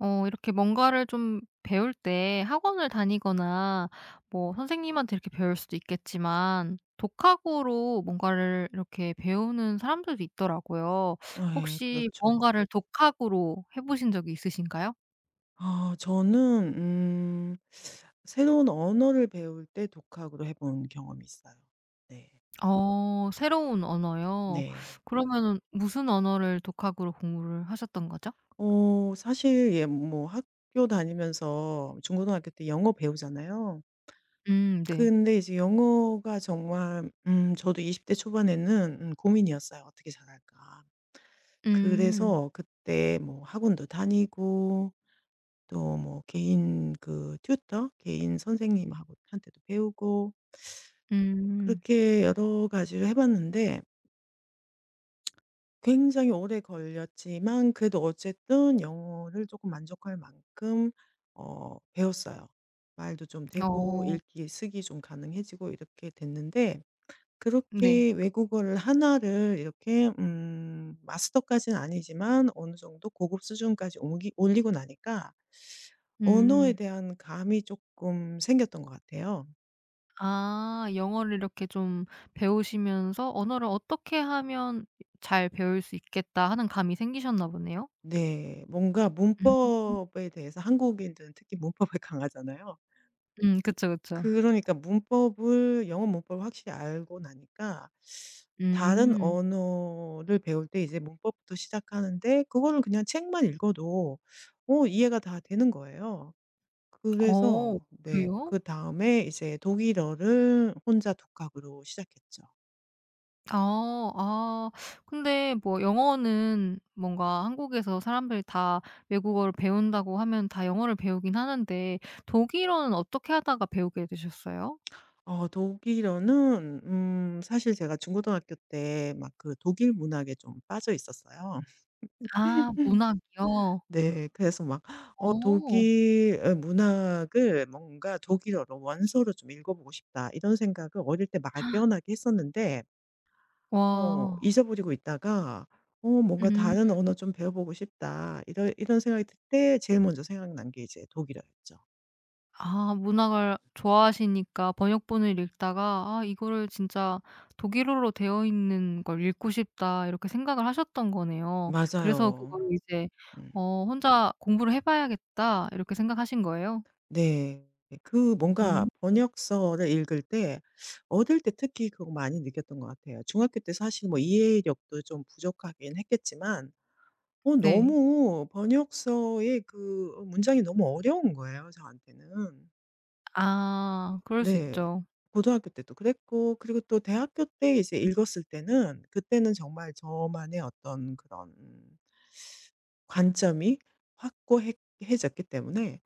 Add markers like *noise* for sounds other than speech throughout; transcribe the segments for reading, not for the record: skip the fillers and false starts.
이렇게 뭔가를 좀 배울 때 학원을 다니거나 뭐 선생님한테 이렇게 배울 수도 있겠지만 독학으로 뭔가를 이렇게 배우는 사람들도 있더라고요. 네, 혹시 뭔 그렇죠. 가를 독학으로 해 보신 적이 있으신가요? 아 저는 새로운 언어를 배울 때 독학으로 해본 경험이 있어요. 네. 새로운 언어요? 네. 그러면은 무슨 언어를 독학으로 공부를 하셨던 거죠? 사실 예 뭐 학교 다니면서 중고등학교 때 영어 배우잖아요. 네. 근데 이제 영어가 정말 저도 20대 초반에는 고민이었어요. '어떻게 잘할까.' 음. 그래서 그때 뭐 학원도 다니고 또 뭐 개인 그 튜터 개인 선생님하고 한테도 배우고 음. 그렇게 여러 가지를 해 봤는데 굉장히 오래 걸렸지만 그래도 어쨌든 영어를 조금 만족할 만큼 배웠어요. 말도 좀 되고 어 읽기 쓰기 좀 가능해지고 이렇게 됐는데 네. 그렇게 외국어를 하나를 이렇게 마스터까지는 아니지만 어느 정도 고급 수준까지 옮기 올리고 나니까 언어에 음. 대한 감이 조금 생겼던 것 같아요. 아 영어를 이렇게 좀 배우시면서 '언어를 어떻게 하면 잘 배울 수 있겠다.' 하는 감이 생기셨나 보네요. 네. 뭔가 음. 문법에 대해서 한국인들은 특히 문법에 *laughs* 강하잖아요. 그쵸, 그쵸. 그러니까 문법을 영어 문법을 확실히 알고 나니까 다른 음. 언어를 배울 때 이제 문법부터 시작하는데 그거를 그냥 책만 읽어도 이해가 다 되는 거예요. 어 그래서 네 그래요? 그다음에 이제 독일어를 혼자 독학으로 시작했죠. 아. 아 근데 뭐 영어는 뭔가 한국에서 사람들이 다 외국어를 배운다고 하면 다 영어를 배우긴 하는데 독일어는 어떻게 하다가 배우게 되셨어요? 독일어는 사실 제가 중고등학교 때 막 그 독일 문학에 좀 빠져 있었어요. 아 *laughs* 문학이요? 네. 그래서 막 오. '독일 문학을 뭔가 독일어로 원서로 좀 읽어 보고 싶다.' 이런 생각을 어릴 때 막연하게 했었는데 와. 잊어버리고 있다가 뭔가 음. 다른 언어 좀 배워 보고 싶다.' 이런 생각이 들 때 제일 먼저 생각난 게 이제 독일어였죠. 아 문학을 좋아하시니까 번역본을 읽다가 '아 이거를 진짜 독일어로 되어 있는 걸 읽고 싶다.' 이렇게 생각을 하셨던 거네요. 그래서 그 맞아요. 걸 이제 음. '혼자 공부를 해 봐야겠다.' 이렇게 생각하신 거예요? 네. 그 뭔가 음 번역서를 읽을 때 어릴 때 특히 그거 많이 느꼈던 것 같아요. 중학교 때 사실 뭐 이해력도 좀 부족하긴 했겠지만 네. 너무 번역서의 그 문장이 너무 어려운 거예요 저한테는. 아 그럴 수 네. 있죠. 고등학교 때도 그랬고 그리고 또 대학교 때 이제 읽었을 때는 그때는 정말 저만의 어떤 그런 관점이 확고해졌기 때문에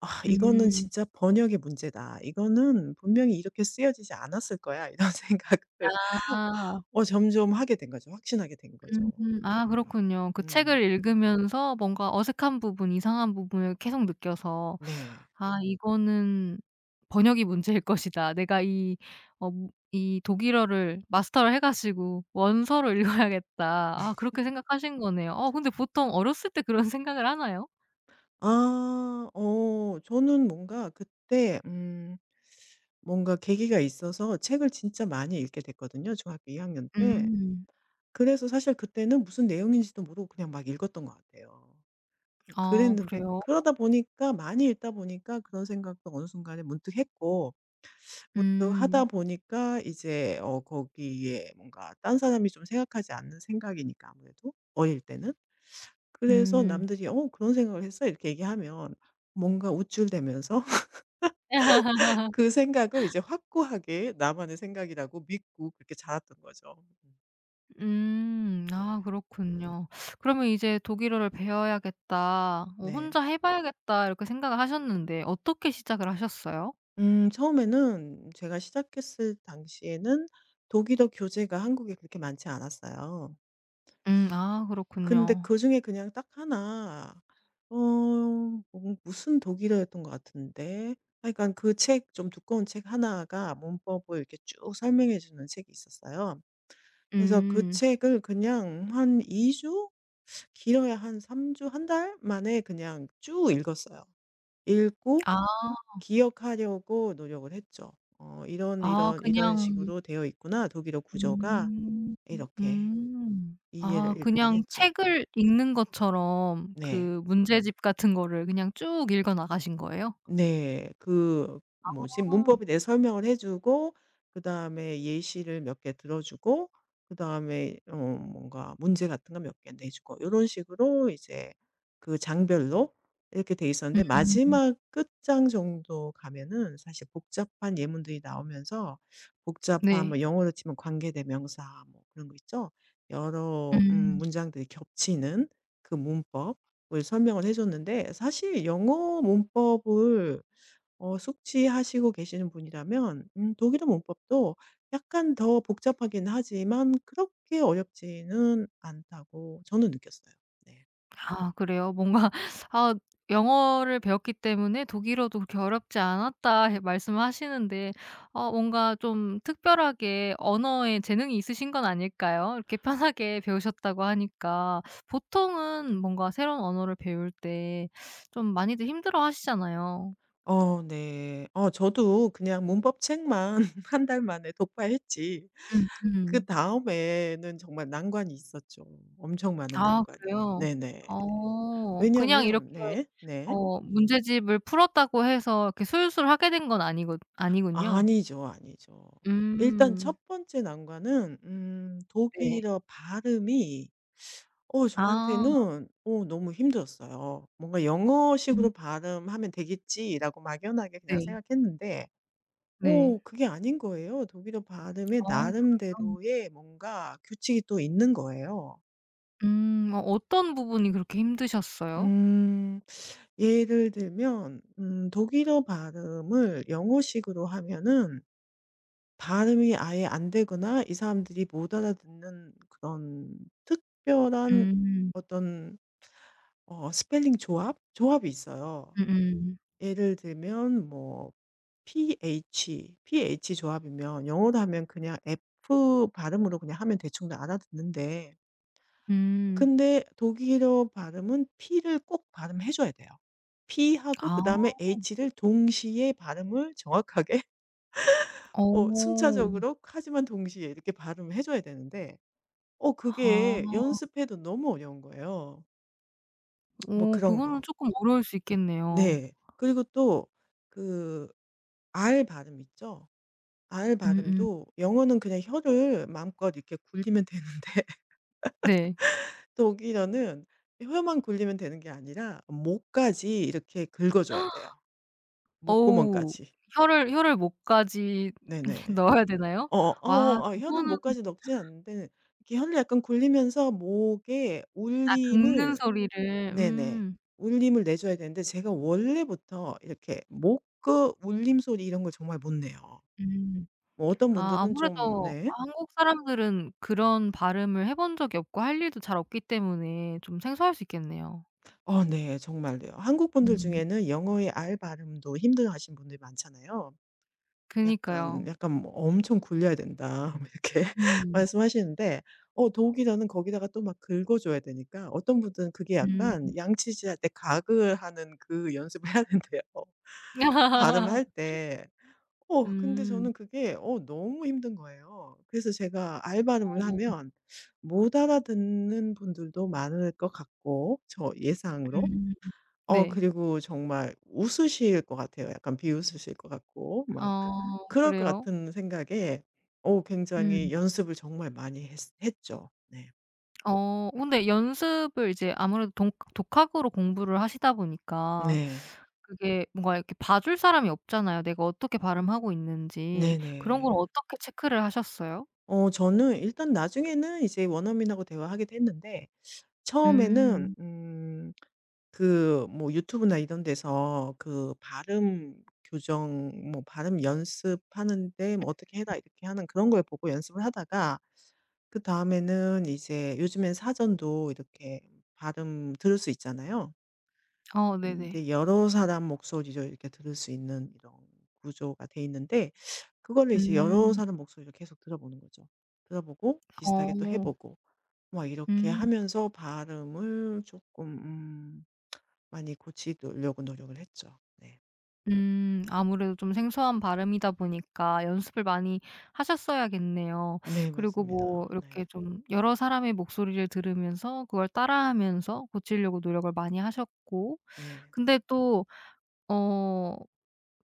'아 이거는 음. 진짜 번역의 문제다. 이거는 분명히 이렇게 쓰여지지 않았을 거야.' 이런 *laughs* 생각을 아. 점점 하게 된 거죠. 확신하게 된 음. 거죠. 아 네. 그렇군요. 그 음. 책을 읽으면서 뭔가 어색한 부분, 이상한 부분을 계속 느껴서 네. '아 이거는 번역이 문제일 것이다. 내가 어 이 독일어를 마스터를 해 가지고 원서를 읽어야겠다.' 아 그렇게 생각하신 거네요. 근데 보통 어렸을 때 그런 생각을 하나요? 아 저는 뭔가 그때 뭔가 계기가 있어서 책을 진짜 많이 읽게 됐거든요, 중학교 2학년 학년 때. 음. 그래서 사실 그때는 무슨 내용인지도 모르고 그냥 막 읽었던 것 같아요. 아 그랬는데 그래요? 그러다 보니까 많이 읽다 보니까 그런 생각도 어느 순간에 문득 했고 문득 하다 음. 보니까 이제 거기에 뭔가 딴 사람이 좀 생각하지 않는 생각이니까 아무래도 어릴 때는. 그래서 음. 남들이 "어 그런 생각을 했어?" 이렇게 얘기하면 뭔가 우쭐대면서 그 생각을 이제 확고하게 나만의 생각이라고 믿고 그렇게 자랐던 거죠. 음. 네. 아 그렇군요. 그러면 이제 '독일어를 배워야겠다. 어 네. 혼자 해 봐야겠다.' 이렇게 생각을 하셨는데 어떻게 시작을 하셨어요? 처음에는 제가 시작했을 당시에는 독일어 교재가 한국에 그렇게 많지 않았어요. 음. 아 근데 그렇군요. 그중에 그냥 딱하어뭐 무슨 독일어였던 것 같은데 하여간 그 책 좀 두꺼운 책 하나가 문법을 이렇게 쭉 설명해 주는 책이 있었어요. 그래서 그 음. 책을 그냥 한 2주 주? 길어야 한 3주 주, 한 달 만에 그냥 쭉 읽었어요. 읽고 아. 기억하려고 노력을 했죠. '어 이런, 아 이런, 이런 그냥 식으로 되어 있구나. 독일어 구조가.' 음. 이렇게 음. 아 이해를 일단 그냥 했죠. 책을 읽는 것처럼 네. 그 문제집 같은 거를 그냥 쭉 읽어 나가신 거예요? 네. 그 뭐지? 아. 문법에 대해 설명을 해 주고 그다음에 예시를 몇 개 들어 주고 그다음에 뭔가 문제 같은 거 몇 개 내 주고 이런 식으로 이제 그 장별로 이렇게 돼 있었는데 음. 마지막 끝장 정도 가면은 사실 복잡한 예문들이 나오면서 복잡한 네. 뭐 영어로 치면 관계 대명사 뭐 그런 거 있죠? 여러 음. 문장들이 겹치는 그 문법 을 설명을 해 줬는데 사실 영어 문법을 숙지하시고 계시는 분이라면 독일어 문법도 약간 더 복잡하긴 하지만 그렇게 어렵지는 않다고 저는 느꼈어요. 네. 아 그래요? 뭔가 *laughs* 아 영어를 배웠기 때문에 독일어도 그렇게 어렵지 않았다 해 말씀을 하시는데 뭔가 좀 특별하게 언어에 재능이 있으신 건 아닐까요? 이렇게 편하게 배우셨다고 하니까. 보통은 뭔가 새로운 언어를 배울 때 좀 많이들 힘들어하시잖아요. 네. 저도 그냥 문법 책만 *laughs* 한 달 만에 독파했지 음음. 그다음에는 정말 난관이 있었죠. 엄청 많은 아 난관이. 그래요? 네네. 그냥 이렇게 왜냐면 네. 네. 문제집을 풀었다고 해서 이렇게 술술 하게 된 건 아니거 아니군요. 아니죠, 아니죠. 일단 음. 첫 번째 난관은 네. 독일어 발음이 아. 저한테는 너무 힘들었어요. 뭔가 음 '영어식으로 발음하면 되겠지.'라고 막연하게 그냥 네. 생각했는데 네. 그게 아닌 거예요. 독일어 발음에 어 그래요? 나름대로의 뭔가 규칙이 또 있는 거예요. 음. 어떤 부분이 그렇게 힘드셨어요? 음 예를 들면 독일어 발음을 영어식으로 하면은 발음이 아예 안 되거나 이 사람들이 못 알아듣는 그런 특별한 음. 어떤 스펠링 조합이 있어요. 음음. 예를 들면 뭐 PH, PH 조합이면 영어로 하면 그냥 F 발음으로 그냥 하면 대충 다 알아듣는데 음. 근데 독일어 발음은 P를 꼭 발음해 줘야 돼요. P하고 아. 그다음에 H를 동시에 발음을 정확하게 *laughs* 어. 순차적으로 하지만 동시에 이렇게 발음을 해 줘야 되는데 아. 그게 연습해도 너무 어려운 거예요. 뭐 그런 그거는 거. 쪼끔 어려울 수 있겠네요. 네. 그리고 또 그 R 발음 있죠? R 음음. 발음도 영어는 그냥 혀를 마음껏 이렇게 굴리면 되는데 네. *laughs* 독일어는 혀만 굴리면 되는 게 아니라 목까지 이렇게 긁어줘야 돼요. 어우. 목구멍까지. 혀를 목까지 네네. *laughs* 넣어야 되나요? 어어 와 어어 아 혀를 그거는 목까지 넣진 않는데 이렇게 혀를 약간 굴리면서 목에 아 긁는 울림을 소리를. 네네. 음. 울림을 내줘야 되는데 제가 원래부터 이렇게 목, 그 울림 소리 이런 걸 정말 못 내요. 음. 뭐 어떤 아 분들은 좀 아무래도 네. 한국 사람들은 그런 발음을 해본 적이 없고 할 일도 잘 없기 때문에 좀 생소할 수 있겠네요. 네. 정말요. 한국 분들 음. 중에는 영어의 R 발음도 힘들어하시는 분들이 많잖아요. 약간 그니까요. 약간 뭐 "엄청 굴려야 된다." *laughs* 이렇게 *laughs* 음. 말씀하시는데 독일어는 거기다가 또 막 긁어 줘야 되니까 어떤 분들은 그게 약간 음. 양치질 할 때 가글 하는 그 연습을 해야 *laughs* 된대요 발음할 *laughs* 때. 근데 음. 저는 그게 너무 힘든 거예요. 그래서 제가 알바름을 어 하면 못 알아듣는 분들도 많을 것 같고 저 예상으로. 음. 네. 그리고 정말 웃으실 것 같아요. 약간 비웃으실 것 같고 막 어 그럴 것 그래요? 같은 생각에 음. 굉장히 연습을 정말 많이 했 했죠. 네. 근데 연습을 이제 아무래도 독 독학으로 공부를 하시다 보니까 네. 그게 뭔가 이렇게 봐줄 사람이 없잖아요, 내가 어떻게 발음하고 있는지. 그런 걸 네네. 어떻게 체크를 하셨어요? 저는 일단 나중에는 이제 원어민하고 대화하기도 했는데 처음에는 음. 그 뭐 유튜브나 이런 데서 그 발음 교정 뭐 발음 연습하는데 뭐 "어떻게 해라." 이렇게 하는 그런 걸 보고 연습을 하다가 그다음에는 이제 요즘엔 사전도 이렇게 발음 들을 수 있잖아요. 네네. 근데 여러 사람 목소리로 이렇게 들을 수 있는 이런 구조가 돼 있는데 그거를 이제 여러 음. 사람 목소리로 계속 들어보는 거죠. 들어보고 비슷하게 또 해 어. 보고 막 이렇게 음. 하면서 발음을 조금 많이 고치려고 노력을 했죠. 네. 음. 아무래도 좀 생소한 발음이다 보니까 연습을 많이 하셨어야겠네요. 네 그리고 맞습니다. 뭐 이렇게 네. 좀 여러 사람의 목소리를 들으면서 그걸 따라하면서 고치려고 노력을 많이 하셨고 네. 근데 또 어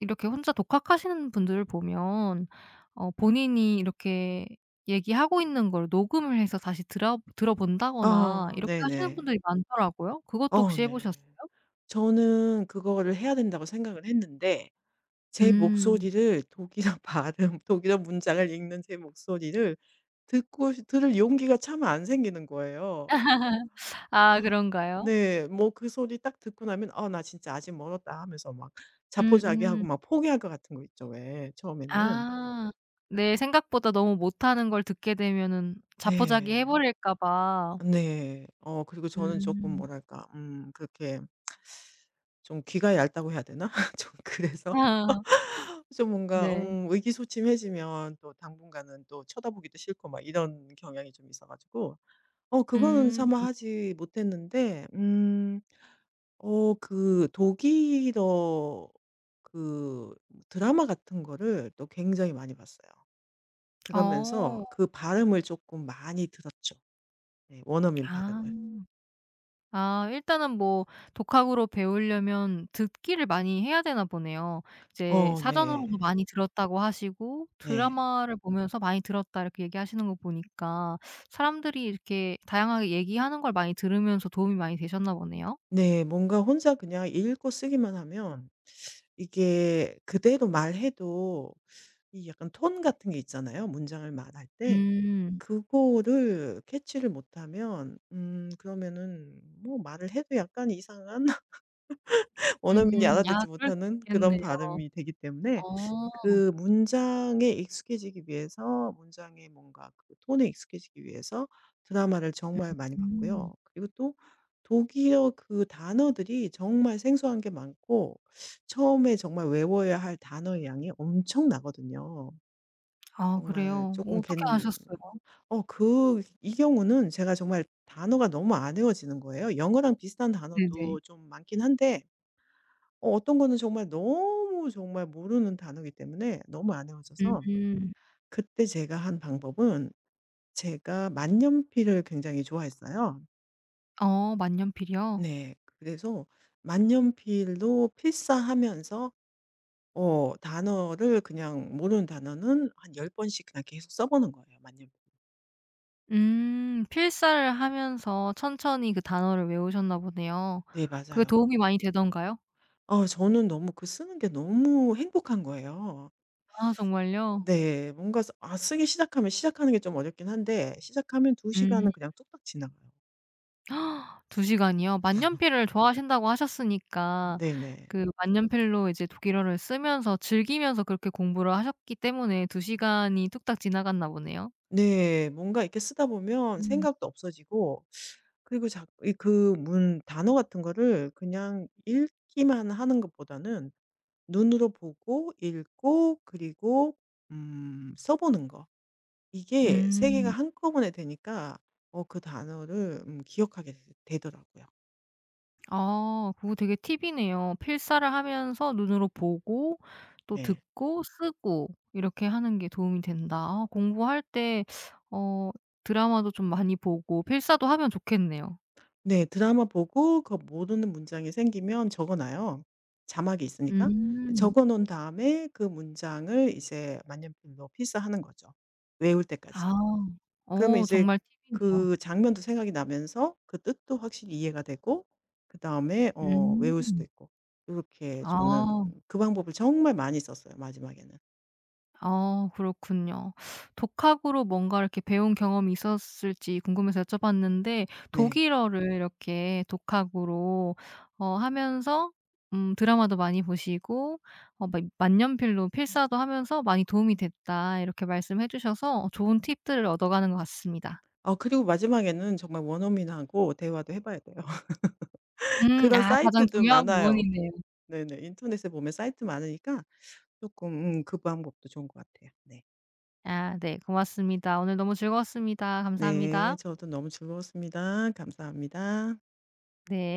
이렇게 혼자 독학하시는 분들을 보면 본인이 이렇게 얘기하고 있는 걸 녹음을 해서 다시 들어본다거나 아 이렇게 하시는 네네. 분들이 많더라고요. 그것도 혹시 해 보셨어요? 네. 저는 그거를 해야 된다고 생각을 했는데 제 음. 목소리를 독일어 *laughs* 발음 독일어 문장을 읽는 제 목소리를 듣고 들을 용기가 참 안 생기는 거예요. 아 아 그런가요? 네. 뭐 그 소리 딱 듣고 나면 '아 나 진짜 아직 멀었다.' 하면서 막 자포자기하고 음음. 막 포기할 것 같은 거 있죠 왜 처음에는. 아. 네. 생각보다 너무 못하는 걸 듣게 되면은 자포자기해 네. 버릴까 봐. 네. 그리고 저는 조금 음. 뭐랄까 그렇게 좀 귀가 얇다고 해야 되나? *laughs* 좀 그래서 *laughs* *laughs* 좀 뭔가 네. 의기소침해지면 또 당분간은 또 쳐다보기도 싫고 막 이런 경향이 좀 있어 가지고 그거는 음. 차마 하지 못했는데 그 독일어 그 드라마 같은 거를 또 굉장히 많이 봤어요. 그러면서 어. 그 발음을 조금 많이 들었죠. 네 원어민 아. 발음을. 아 일단은 뭐 독학으로 배우려면 듣기를 많이 해야 되나 보네요. 이제 네. 사전으로도 많이 들었다고 하시고 네. 드라마를 보면서 많이 들었다 이렇게 얘기하시는 거 보니까 사람들이 이렇게 다양하게 얘기하는 걸 많이 들으면서 도움이 많이 되셨나 보네요. 네. 뭔가 혼자 그냥 읽고 쓰기만 하면 이게 그대로 말해도 이 약간 톤 같은 게 있잖아요, 문장을 말할 때. 음. 그거를 캐치를 못하면 그러면은 뭐 말을 해도 약간 이상한 원어민이 음. 아 알아듣지 그럴 수 못하는 그런 있겠네요. 발음이 되기 때문에 어. 그 문장에 익숙해지기 위해서 문장의 뭔가 그 톤에 익숙해지기 위해서 드라마를 정말 많이 음. 봤고요. 그리고 또 독일어 그 단어들이 정말 생소한 게 많고 처음에 정말 외워야 할 단어의 양이 엄청나거든요. 아 정말 그래요? 조금... 어떻게 괜 아셨어요? 어 그 이 경우는 제가 정말 단어가 너무 안 외워지는 거예요. 영어랑 비슷한 네네. 단어도 좀 많긴 한데 어떤 거는 정말 너무 정말 모르는 단어이기 때문에 너무 안 외워져서 음. 그때 제가 한 방법은 제가 만년필을 굉장히 좋아했어요. 만년필이요? 네. 그래서 만년필로 필사하면서 단어를 그냥 모르는 단어는 한 10번씩 그냥 계속 써 보는 거예요, 만년필. 음. 필사를 하면서 천천히 그 단어를 외우셨나 보네요. 네, 그게 맞아요. 도움이 많이 되던가요? 저는 너무 그 쓰는 게 너무 행복한 거예요. 아 정말요? 네. 뭔가 써 아 쓰기 시작하면 시작하는 게 좀 어렵긴 한데 시작하면 두 음. 시간은 그냥 뚝딱 지나가요. 2시간이요? 만년필을 좋아하신다고 하셨으니까 네네. 그 만년필로 이제 독일어를 쓰면서 즐기면서 그렇게 공부를 하셨기 때문에 2시간이 뚝딱 지나갔나 보네요. 네. 뭔가 이렇게 쓰다 보면 음. 생각도 없어지고 그리고 자 그 문 단어 같은 거를 그냥 읽기만 하는 것보다는 눈으로 보고 읽고 그리고 음 써 보는 거. 이게 세 개가 음. 한꺼번에 되니까 그 단어를 기억하게 되 되더라고요. 아 그거 되게 팁이네요. 필사를 하면서 눈으로 보고 또 네. 듣고 쓰고 이렇게 하는 게 도움이 된다. 아 공부할 때 어 드라마도 좀 많이 보고 필사도 하면 좋겠네요. 네. 드라마 보고 그 모르는 문장이 생기면 적어 놔요, 자막이 있으니까. 음. 적어 놓은 다음에 그 문장을 이제 만년필로 필사하는 거죠, 외울 아. 때까지. 그러면 이제 정말 팁이네요. 그 장면도 생각이 나면서 그 뜻도 확실히 이해가 되고 그다음에 음. 외울 수도 있고. 이렇게 저는 아. 그 방법을 정말 많이 썼어요, 마지막에는. 아 그렇군요. 독학으로 뭔가 이렇게 배운 경험이 있었을지 궁금해서 여쭤봤는데 네. 독일어를 이렇게 독학으로 하면서 드라마도 많이 보시고 만년필로 필사도 하면서 많이 도움이 됐다 이렇게 말씀해 주셔서 좋은 팁들을 얻어가는 것 같습니다. 아 그리고 마지막에는 정말 원어민하고 대화도 해 봐야 돼요. *laughs* 그런 아 가장 사이트도 중요한 많아요. 부분이네요. 네네. 인터넷에 보면 사이트 많으니까 쪼끔 그 방법도 좋은 것 같아요. 네. 아 네 고맙습니다. 오늘 너무 즐거웠습니다. 네. 감사합니다. 저도 너무 즐거웠습니다. 감사합니다. 네.